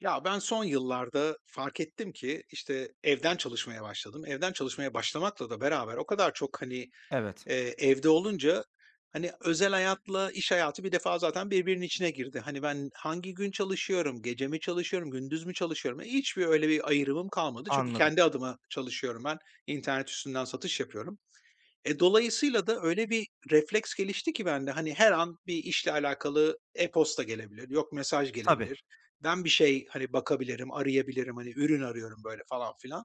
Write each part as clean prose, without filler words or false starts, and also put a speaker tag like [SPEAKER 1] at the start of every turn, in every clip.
[SPEAKER 1] Ya ben son yıllarda fark ettim ki işte evden çalışmaya başladım. Evden çalışmaya başlamakla da beraber o kadar çok hani
[SPEAKER 2] Evet,
[SPEAKER 1] evde olunca hani özel hayatla iş hayatı bir defa zaten birbirinin içine girdi. Hani ben hangi gün çalışıyorum, gece mi çalışıyorum, gündüz mü çalışıyorum? Hiçbir öyle bir ayrımım kalmadı. Çünkü
[SPEAKER 2] anladım.
[SPEAKER 1] kendi adıma çalışıyorum ben. İnternet üstünden satış yapıyorum. Dolayısıyla da öyle bir refleks gelişti ki bende, hani, her an bir işle alakalı e-posta gelebilir, yok mesaj
[SPEAKER 2] Tabii.
[SPEAKER 1] gelebilir. Ben bir şey, hani, bakabilirim, arayabilirim, hani, ürün arıyorum böyle falan filan.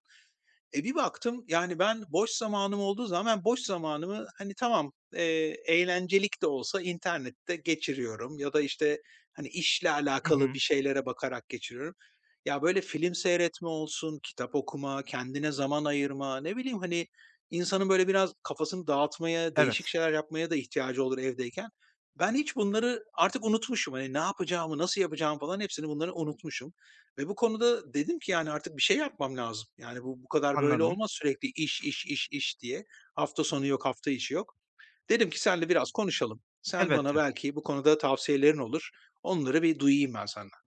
[SPEAKER 1] Bir baktım, yani, ben boş zamanım olduğu zaman ben boş zamanımı, hani, tamam, eğlencelik de olsa internette geçiriyorum ya da, işte, hani, işle
[SPEAKER 2] Hı
[SPEAKER 1] alakalı bir
[SPEAKER 2] hı.
[SPEAKER 1] şeylere bakarak geçiriyorum. Ya, böyle film seyretme olsun, kitap okuma, kendine zaman ayırma, ne bileyim, hani, insanın böyle biraz kafasını dağıtmaya, değişik
[SPEAKER 2] Evet,
[SPEAKER 1] şeyler yapmaya da ihtiyacı olur evdeyken. Ben hiç bunları artık unutmuşum. Hani, ne yapacağımı, nasıl yapacağımı falan hepsini bunları unutmuşum. Ve bu konuda dedim ki, yani, artık bir şey yapmam lazım. Yani, bu kadar böyle
[SPEAKER 2] anladım.
[SPEAKER 1] olmaz sürekli iş, iş, iş, iş diye. Hafta sonu yok, hafta içi yok. Dedim ki senle biraz konuşalım. Sen bana
[SPEAKER 2] Elbette.
[SPEAKER 1] belki bu konuda tavsiyelerin olur. Onları bir duyayım ben senden.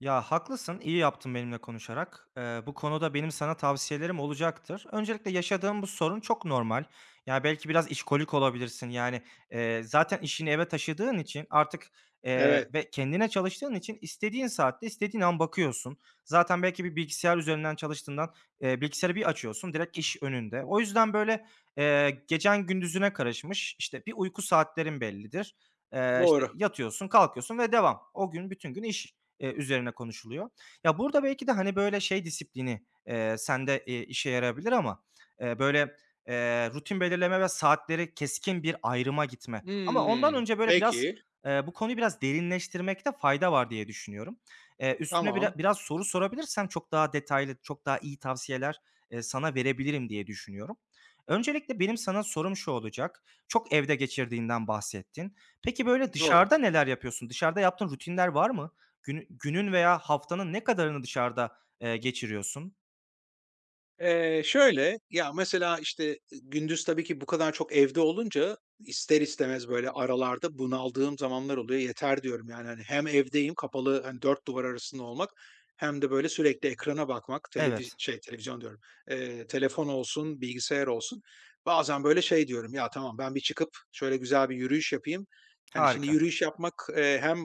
[SPEAKER 2] Ya haklısın, iyi yaptın benimle konuşarak. Bu konuda benim sana tavsiyelerim olacaktır. Öncelikle yaşadığım bu sorun çok normal. Yani belki biraz işkolik olabilirsin. Yani zaten işini eve taşıdığın için artık
[SPEAKER 1] Evet,
[SPEAKER 2] ve kendine çalıştığın için istediğin saatte istediğin an bakıyorsun. Zaten belki bir bilgisayar üzerinden çalıştığından bilgisayarı bir açıyorsun direkt iş önünde. O yüzden böyle gecen gündüzüne karışmış. İşte bir uyku saatlerin bellidir. İşte
[SPEAKER 1] doğru.
[SPEAKER 2] yatıyorsun, kalkıyorsun ve devam. O gün bütün gün iş. Üzerine konuşuluyor. Ya, burada belki de, hani, böyle, şey disiplini, sende, işe yarayabilir ama, böyle, rutin belirleme ve saatleri keskin bir ayrıma gitme ama ondan
[SPEAKER 1] Hımm.
[SPEAKER 2] önce, böyle, biraz,
[SPEAKER 1] Peki,
[SPEAKER 2] bu konuyu biraz derinleştirmekte fayda var diye düşünüyorum. Üstüne
[SPEAKER 1] tamam.
[SPEAKER 2] biraz soru sorabilirsem çok daha detaylı, çok daha iyi tavsiyeler, sana verebilirim diye düşünüyorum. Öncelikle benim sana sorum şu olacak: Çok evde geçirdiğinden bahsettin. Peki, böyle,
[SPEAKER 1] Doğru.
[SPEAKER 2] dışarıda neler yapıyorsun? Dışarıda yaptığın rutinler var mı? Günü günün veya haftanın ne kadarını dışarıda, geçiriyorsun?
[SPEAKER 1] Şöyle, ya, mesela, işte, gündüz tabii ki bu kadar çok evde olunca ister istemez, böyle, aralarda bunaldığım zamanlar oluyor. Yeter diyorum, yani, hani, hem evdeyim, kapalı, hani, 4 duvar arasında olmak hem de, böyle, sürekli ekrana bakmak,
[SPEAKER 2] Evet,
[SPEAKER 1] televizyon diyorum, telefon olsun, bilgisayar olsun. Bazen, böyle, şey diyorum, "Ya, tamam, ben bir çıkıp şöyle güzel bir yürüyüş yapayım." Hani, şimdi
[SPEAKER 2] harika,
[SPEAKER 1] yürüyüş yapmak, hem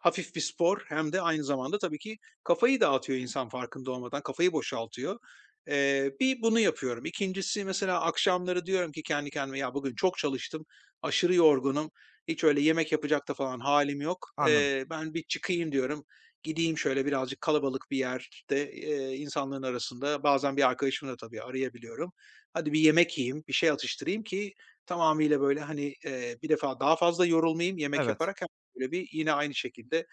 [SPEAKER 1] hafif bir spor hem de aynı zamanda tabii ki kafayı dağıtıyor insan farkında olmadan, kafayı boşaltıyor. Bir bunu yapıyorum. 2'ncisi mesela akşamları diyorum ki kendi kendime ya bugün çok çalıştım, aşırı yorgunum, hiç öyle yemek yapacak da falan halim yok.
[SPEAKER 2] anladım.
[SPEAKER 1] Ben bir çıkayım diyorum. Gideyim şöyle birazcık kalabalık bir yerde, insanların arasında bazen bir arkadaşımı da tabii arayabiliyorum. Hadi bir yemek yiyeyim, bir şey atıştırayım ki tamamıyla böyle, hani, bir defa daha fazla yorulmayayım yemek
[SPEAKER 2] Evet.
[SPEAKER 1] yaparak. Böyle bir yine aynı şekilde,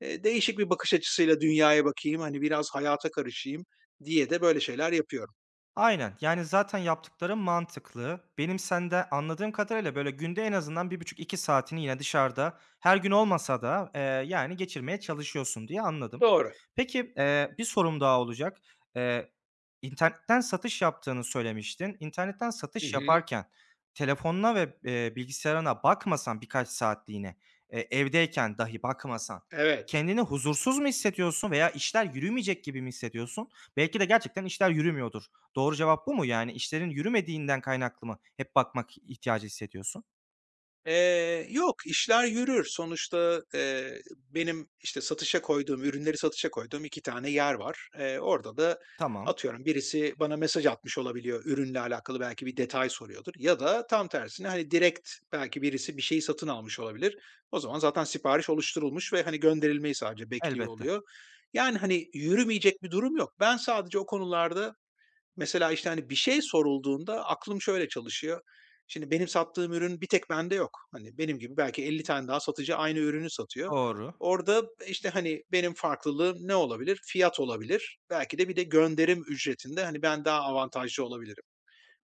[SPEAKER 1] değişik bir bakış açısıyla dünyaya bakayım, hani, biraz hayata karışayım diye de böyle şeyler yapıyorum.
[SPEAKER 2] Aynen. Yani, zaten yaptıkların mantıklı. Benim sende anladığım kadarıyla, böyle, günde en azından bir buçuk iki saatini yine dışarıda, her gün olmasa da, yani, geçirmeye çalışıyorsun diye anladım.
[SPEAKER 1] Doğru.
[SPEAKER 2] Peki, bir sorum daha olacak. Eee, internetten satış yaptığını söylemiştin. İnternetten
[SPEAKER 1] Hı
[SPEAKER 2] satış
[SPEAKER 1] hı.
[SPEAKER 2] yaparken telefonuna ve, bilgisayarına bakmasan birkaç saatliğine, evdeyken dahi bakmasan
[SPEAKER 1] Evet.
[SPEAKER 2] kendini huzursuz mu hissediyorsun veya işler yürümeyecek gibi mi hissediyorsun? Belki de gerçekten işler yürümüyordur. Doğru cevap bu mu? Yani işlerin yürümediğinden kaynaklı mı hep bakmak ihtiyacı hissediyorsun?
[SPEAKER 1] Yok, işler yürür. Sonuçta, benim, işte, ürünleri satışa koyduğum 2 tane yer var. Orada da
[SPEAKER 2] Tamam,
[SPEAKER 1] atıyorum birisi bana mesaj atmış olabiliyor, ürünle alakalı belki bir detay soruyordur ya da tam tersine, hani, direkt belki birisi bir şeyi satın almış olabilir. O zaman zaten sipariş oluşturulmuş ve, hani, gönderilmeyi sadece bekliyor
[SPEAKER 2] elbette.
[SPEAKER 1] oluyor. Yani, hani, yürümeyecek bir durum yok. Ben sadece o konularda. Mesela, işte, hani, bir şey sorulduğunda aklım şöyle çalışıyor. Şimdi benim sattığım ürün bir tek bende yok. Hani, benim gibi belki 50 tane daha satıcı aynı ürünü satıyor.
[SPEAKER 2] Doğru.
[SPEAKER 1] Orada, işte, hani, benim farklılığım ne olabilir? Fiyat olabilir. Belki de bir de gönderim ücretinde, hani, ben daha avantajlı olabilirim.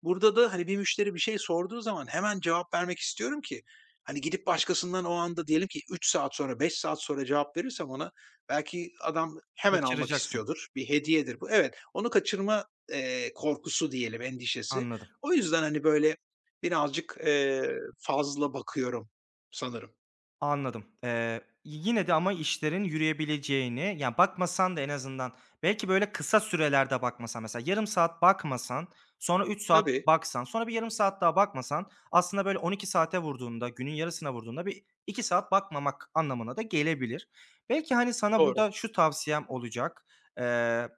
[SPEAKER 1] Burada da, hani, bir müşteri bir şey sorduğu zaman hemen cevap vermek istiyorum ki, hani, gidip başkasından o anda diyelim ki 3 saat sonra, 5 saat sonra cevap verirsem ona belki adam hemen almak
[SPEAKER 2] Kaçıracaksın.
[SPEAKER 1] istiyordur. Bir hediyedir bu. Evet, onu kaçırma, korkusu diyelim, endişesi.
[SPEAKER 2] Anladım,
[SPEAKER 1] O yüzden, hani, böyle birazcık, fazla bakıyorum sanırım.
[SPEAKER 2] anladım. Yine de ama işlerin yürüyebileceğini, yani bakmasan da en azından belki böyle kısa sürelerde bakmasan, mesela yarım saat bakmasan, sonra 3 saat
[SPEAKER 1] Tabii,
[SPEAKER 2] baksan, sonra bir yarım saat daha bakmasan aslında böyle 12 saate vurduğunda, günün yarısına vurduğunda bir 2 saat bakmamak anlamına da gelebilir. Belki, hani, sana
[SPEAKER 1] doğru.
[SPEAKER 2] burada şu tavsiyem olacak. Eee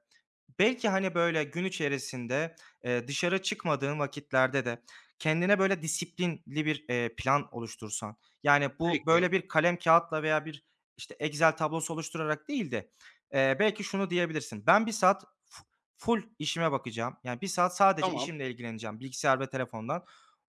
[SPEAKER 2] Belki, hani, böyle, gün içerisinde, dışarı çıkmadığın vakitlerde de kendine, böyle, disiplinli bir, plan oluştursan, yani, bu, böyle,
[SPEAKER 1] Peki,
[SPEAKER 2] bir kalem kağıtla veya bir, işte, Excel tablosu oluşturarak değil de, belki şunu diyebilirsin: "Ben bir saat full işime bakacağım. Yani, bir saat sadece
[SPEAKER 1] tamam,
[SPEAKER 2] işimle ilgileneceğim bilgisayar ve telefondan.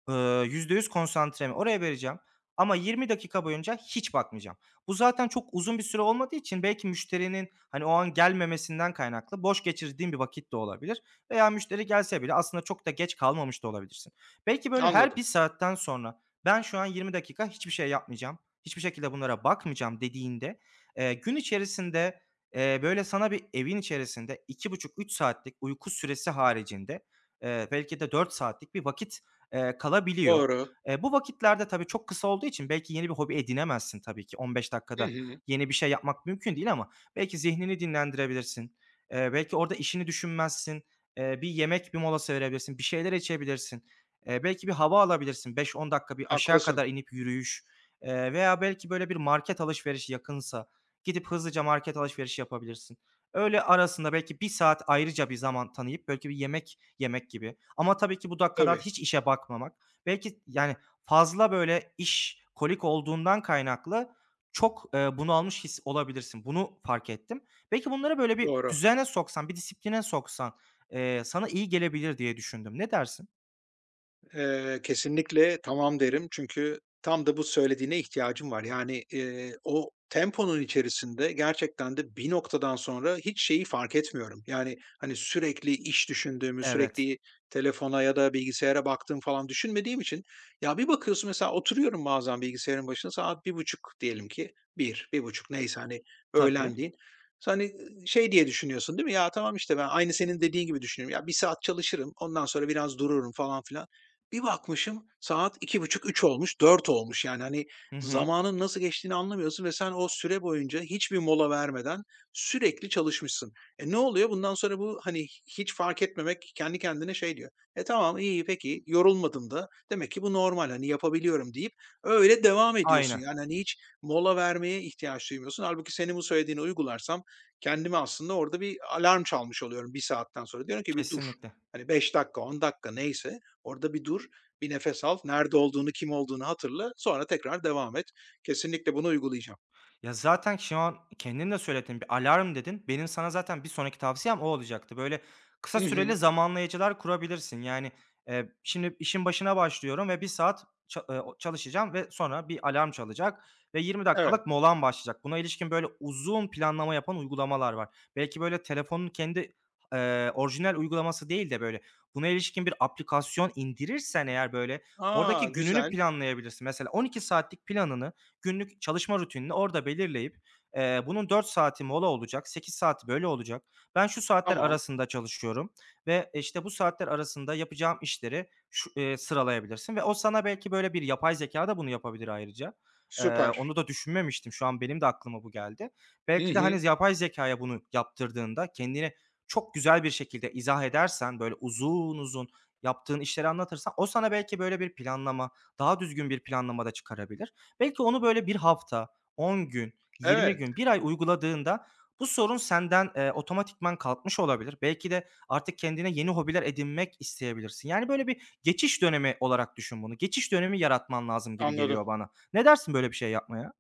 [SPEAKER 2] %100 konsantremi oraya vereceğim ama 20 dakika boyunca hiç bakmayacağım." Bu zaten çok uzun bir süre olmadığı için belki müşterinin, hani, o an gelmemesinden kaynaklı boş geçirdiğin bir vakit de olabilir veya müşteri gelse bile aslında çok da geç kalmamış da olabilirsin. Belki, böyle, her bir
[SPEAKER 1] anladım.
[SPEAKER 2] saatten sonra, "Ben şu an 20 dakika hiçbir şey yapmayacağım, hiçbir şekilde bunlara bakmayacağım," dediğinde, gün içerisinde, böyle, sana bir evin içerisinde buçuk 3 saatlik uyku süresi haricinde, belki de 4 saatlik bir vakit, kalabiliyor.
[SPEAKER 1] Doğru.
[SPEAKER 2] Bu vakitlerde tabii çok kısa olduğu için belki yeni bir hobi edinemezsin tabii ki. 15
[SPEAKER 1] Hı
[SPEAKER 2] dakikada
[SPEAKER 1] hı,
[SPEAKER 2] yeni bir şey yapmak mümkün değil, ama belki zihnini dinlendirebilirsin. Belki orada işini düşünmezsin. Bir yemek, bir molası verebilirsin. Bir şeyler içebilirsin. Belki bir hava alabilirsin. 5-10 dakika bir aşağı kadar
[SPEAKER 1] haklısın.
[SPEAKER 2] inip yürüyüş, veya belki böyle bir market alışverişi yakınsa gidip hızlıca market alışverişi yapabilirsin. Öyle arasında belki bir saat ayrıca bir zaman tanıyıp belki bir yemek yemek gibi, ama tabii ki bu dakikalarda
[SPEAKER 1] Tabii,
[SPEAKER 2] hiç işe bakmamak belki. Yani fazla böyle iş kolik olduğundan kaynaklı çok, bunalmış his olabilirsin. Bunu fark ettim. Belki bunları böyle bir
[SPEAKER 1] doğru.
[SPEAKER 2] düzene soksan, bir disipline soksan, sana iyi gelebilir diye düşündüm. Ne dersin?
[SPEAKER 1] Kesinlikle tamam derim. Çünkü tam da bu söylediğine ihtiyacım var. Yani, o temponun içerisinde gerçekten de bir noktadan sonra hiç şeyi fark etmiyorum. Yani, hani, sürekli iş düşündüğümü,
[SPEAKER 2] Evet,
[SPEAKER 1] sürekli telefona ya da bilgisayara baktığım falan düşünmediğim için ya, bir bakıyorsun mesela oturuyorum bazen bilgisayarın başına saat bir buçuk diyelim ki bir bir buçuk neyse, hani,
[SPEAKER 2] tabii.
[SPEAKER 1] öğlenleyin. Sonra, hani, şey diye düşünüyorsun değil mi? Ya, tamam işte ben aynı senin dediğin gibi düşünüyorum. Ya, bir saat çalışırım, ondan sonra biraz dururum falan filan. Bir bakmışım saat iki buçuk üç olmuş, 4 olmuş. Yani, hani,
[SPEAKER 2] Hı hı.
[SPEAKER 1] zamanın nasıl geçtiğini anlamıyorsun ve sen o süre boyunca hiçbir mola vermeden sürekli çalışmışsın. Ne oluyor? Bundan sonra bu, hani, hiç fark etmemek kendi kendine şey diyor, "Tamam, iyi, peki, yorulmadım da. Demek ki bu normal, hani, yapabiliyorum." deyip öyle devam ediyorsun.
[SPEAKER 2] Aynen,
[SPEAKER 1] Yani, hani, hiç mola vermeye ihtiyaç duymuyorsun. Hâlbuki senin bu söylediğini uygularsam kendime aslında orada bir alarm çalmış oluyorum bir saatten sonra. Diyorum ki, "Bir dur."
[SPEAKER 2] kesinlikle.
[SPEAKER 1] Hani, 5 dakika, 10 dakika neyse. Orada bir dur, bir nefes al, nerede olduğunu, kim olduğunu hatırla, sonra tekrar devam et. Kesinlikle bunu uygulayacağım.
[SPEAKER 2] Ya, zaten şu an kendin de söyledin, bir alarm dedin. Benim sana zaten bir sonraki tavsiyem o olacaktı. Böyle kısa
[SPEAKER 1] Hı hı.
[SPEAKER 2] süreli zamanlayıcılar kurabilirsin. Yani, şimdi işin başına başlıyorum ve bir saat ça o çalışacağım ve sonra bir alarm çalacak ve 20
[SPEAKER 1] Evet.
[SPEAKER 2] dakikalık molam başlayacak. Buna ilişkin böyle uzun planlama yapan uygulamalar var. Belki böyle telefonun kendi, orijinal uygulaması değil de böyle buna ilişkin bir aplikasyon indirirsen eğer, böyle
[SPEAKER 1] A,
[SPEAKER 2] oradaki gününü
[SPEAKER 1] güzel.
[SPEAKER 2] planlayabilirsin. Mesela 12 saatlik planını, günlük çalışma rutinini orada belirleyip, bunun 4 saati mola olacak, 8 saati böyle olacak. Ben şu saatler
[SPEAKER 1] Tamam,
[SPEAKER 2] arasında çalışıyorum ve, işte, bu saatler arasında yapacağım işleri şu sıralayabilirsin ve o sana belki böyle bir yapay zeka da bunu yapabilir ayrıca. Eee,
[SPEAKER 1] süper.
[SPEAKER 2] onu da düşünmemiştim. Şu an benim de aklıma bu geldi.
[SPEAKER 1] Hı
[SPEAKER 2] Belki de,
[SPEAKER 1] hı.
[SPEAKER 2] hani, yapay zekaya bunu yaptırdığında kendini çok güzel bir şekilde izah edersen, böyle uzun uzun yaptığın işleri anlatırsan, o sana belki böyle bir planlama, daha düzgün bir planlama da çıkarabilir. Belki onu böyle bir hafta, 10 gün, yirmi
[SPEAKER 1] Evet,
[SPEAKER 2] gün, bir ay uyguladığında bu sorun senden, otomatikman kalkmış olabilir. Belki de artık kendine yeni hobiler edinmek isteyebilirsin. Yani, böyle bir geçiş dönemi olarak düşün bunu. Geçiş dönemi yaratman lazım gibi geliyor
[SPEAKER 1] anladım.
[SPEAKER 2] bana. Ne dersin böyle bir şey yapmaya?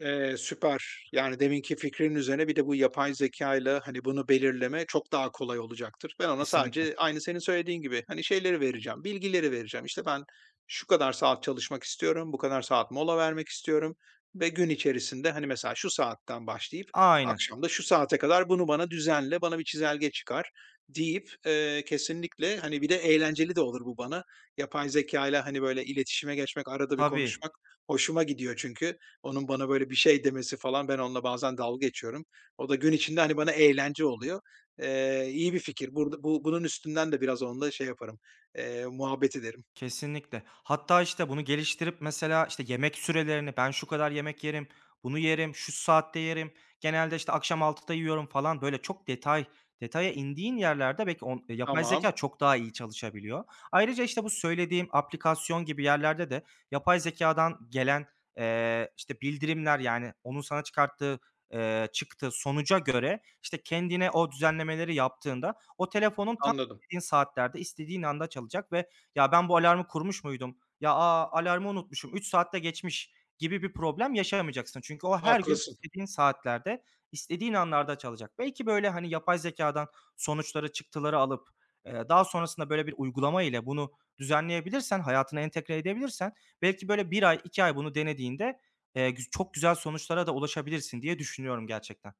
[SPEAKER 1] Süper. Yani deminki fikrin üzerine bir de bu yapay zekâyla, hani, bunu belirleme çok daha kolay olacaktır. Ben ona
[SPEAKER 2] Kesinlikle.
[SPEAKER 1] sadece aynı senin söylediğin gibi, hani, şeyleri vereceğim, bilgileri vereceğim. İşte, ben şu kadar saat çalışmak istiyorum, bu kadar saat mola vermek istiyorum ve gün içerisinde, hani, mesela şu saatten başlayıp
[SPEAKER 2] Aynen.
[SPEAKER 1] akşam da şu saate kadar bunu bana düzenle, bana bir çizelge çıkar deyip, kesinlikle, hani, bir de eğlenceli de olur bu bana. Yapay zekâyla, hani, böyle iletişime geçmek, arada bir
[SPEAKER 2] Tabii.
[SPEAKER 1] konuşmak hoşuma gidiyor çünkü. Onun bana böyle bir şey demesi falan, ben onunla bazen dalga geçiyorum. O da gün içinde, hani, bana eğlence oluyor. İyi bir fikir. Burada bunun üstünden de biraz onunla şey yaparım, muhabbet ederim.
[SPEAKER 2] Kesinlikle. Hatta, işte, bunu geliştirip mesela, işte, yemek sürelerini, ben şu kadar yemek yerim, bunu yerim, şu saatte yerim, genelde, işte, akşam 18.00'da yiyorum falan, böyle çok detay detaya indiğin yerlerde belki on yapay zeka
[SPEAKER 1] Tamam,
[SPEAKER 2] çok daha iyi çalışabiliyor. Ayrıca, işte, bu söylediğim aplikasyon gibi yerlerde de yapay zekadan gelen, işte, bildirimler, yani, onun sana çıkarttığı, çıktı sonuca göre, işte, kendine o düzenlemeleri yaptığında, o telefonun tam
[SPEAKER 1] anladım.
[SPEAKER 2] istediğin saatlerde, istediğin anda çalacak ve, "Ya, ben bu alarmı kurmuş muydum? Ya, alarmı unutmuşum, 3 saatte geçmiş," gibi bir problem yaşamayacaksın. Çünkü o her gün
[SPEAKER 1] Haklısın.
[SPEAKER 2] istediğin saatlerde, istediğin anlarda çalacak. Belki böyle, hani, yapay zekadan sonuçları, çıktıları alıp, daha sonrasında böyle bir uygulama ile bunu düzenleyebilirsen, hayatına entegre edebilirsen belki böyle bir ay, 2 ay bunu denediğinde, çok güzel sonuçlara da ulaşabilirsin diye düşünüyorum gerçekten.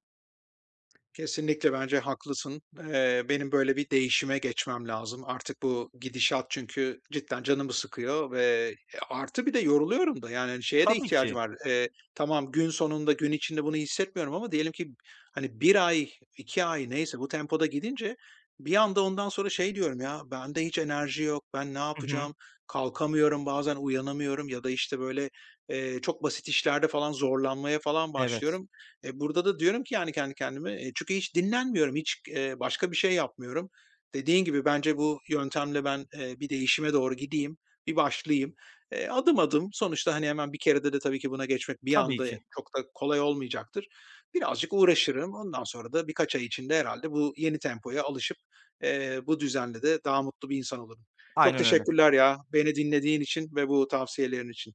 [SPEAKER 1] Kesinlikle bence haklısın. Benim böyle bir değişime geçmem lazım. Artık bu gidişat çünkü cidden canımı sıkıyor ve artı bir de yoruluyorum da yani hani, şeye de
[SPEAKER 2] Tabii
[SPEAKER 1] ihtiyacım
[SPEAKER 2] ki.
[SPEAKER 1] var. Tamam gün sonunda gün içinde bunu hissetmiyorum ama diyelim ki hani bir ay 2 ay neyse bu tempoda gidince bir anda ondan sonra şey diyorum ya bende hiç enerji yok ben ne
[SPEAKER 2] Hı hı.
[SPEAKER 1] yapacağım kalkamıyorum bazen uyanamıyorum ya da işte böyle çok basit işlerde falan zorlanmaya falan
[SPEAKER 2] Evet.
[SPEAKER 1] başlıyorum. Burada da diyorum ki yani kendi kendime, çünkü hiç dinlenmiyorum, hiç, başka bir şey yapmıyorum. Dediğin gibi bence bu yöntemle ben, bir değişime doğru gideyim, bir başlayayım. Adım adım sonuçta, hani, hemen bir kerede de tabii ki buna geçmek bir
[SPEAKER 2] Tabii
[SPEAKER 1] anda
[SPEAKER 2] ki.
[SPEAKER 1] çok da kolay olmayacaktır. Birazcık uğraşırım. Ondan sonra da birkaç ay içinde herhalde bu yeni tempoya alışıp, bu düzenle de daha mutlu bir insan olurum. Çok
[SPEAKER 2] Aynen öyle.
[SPEAKER 1] teşekkürler ya. Beni dinlediğin için ve bu tavsiyelerin için.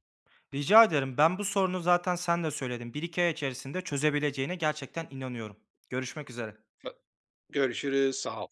[SPEAKER 2] Rica ederim. Ben bu sorunu zaten sen de söyledin. Bir iki ay içerisinde çözebileceğine gerçekten inanıyorum. Görüşmek üzere.
[SPEAKER 1] Görüşürüz. Sağ ol.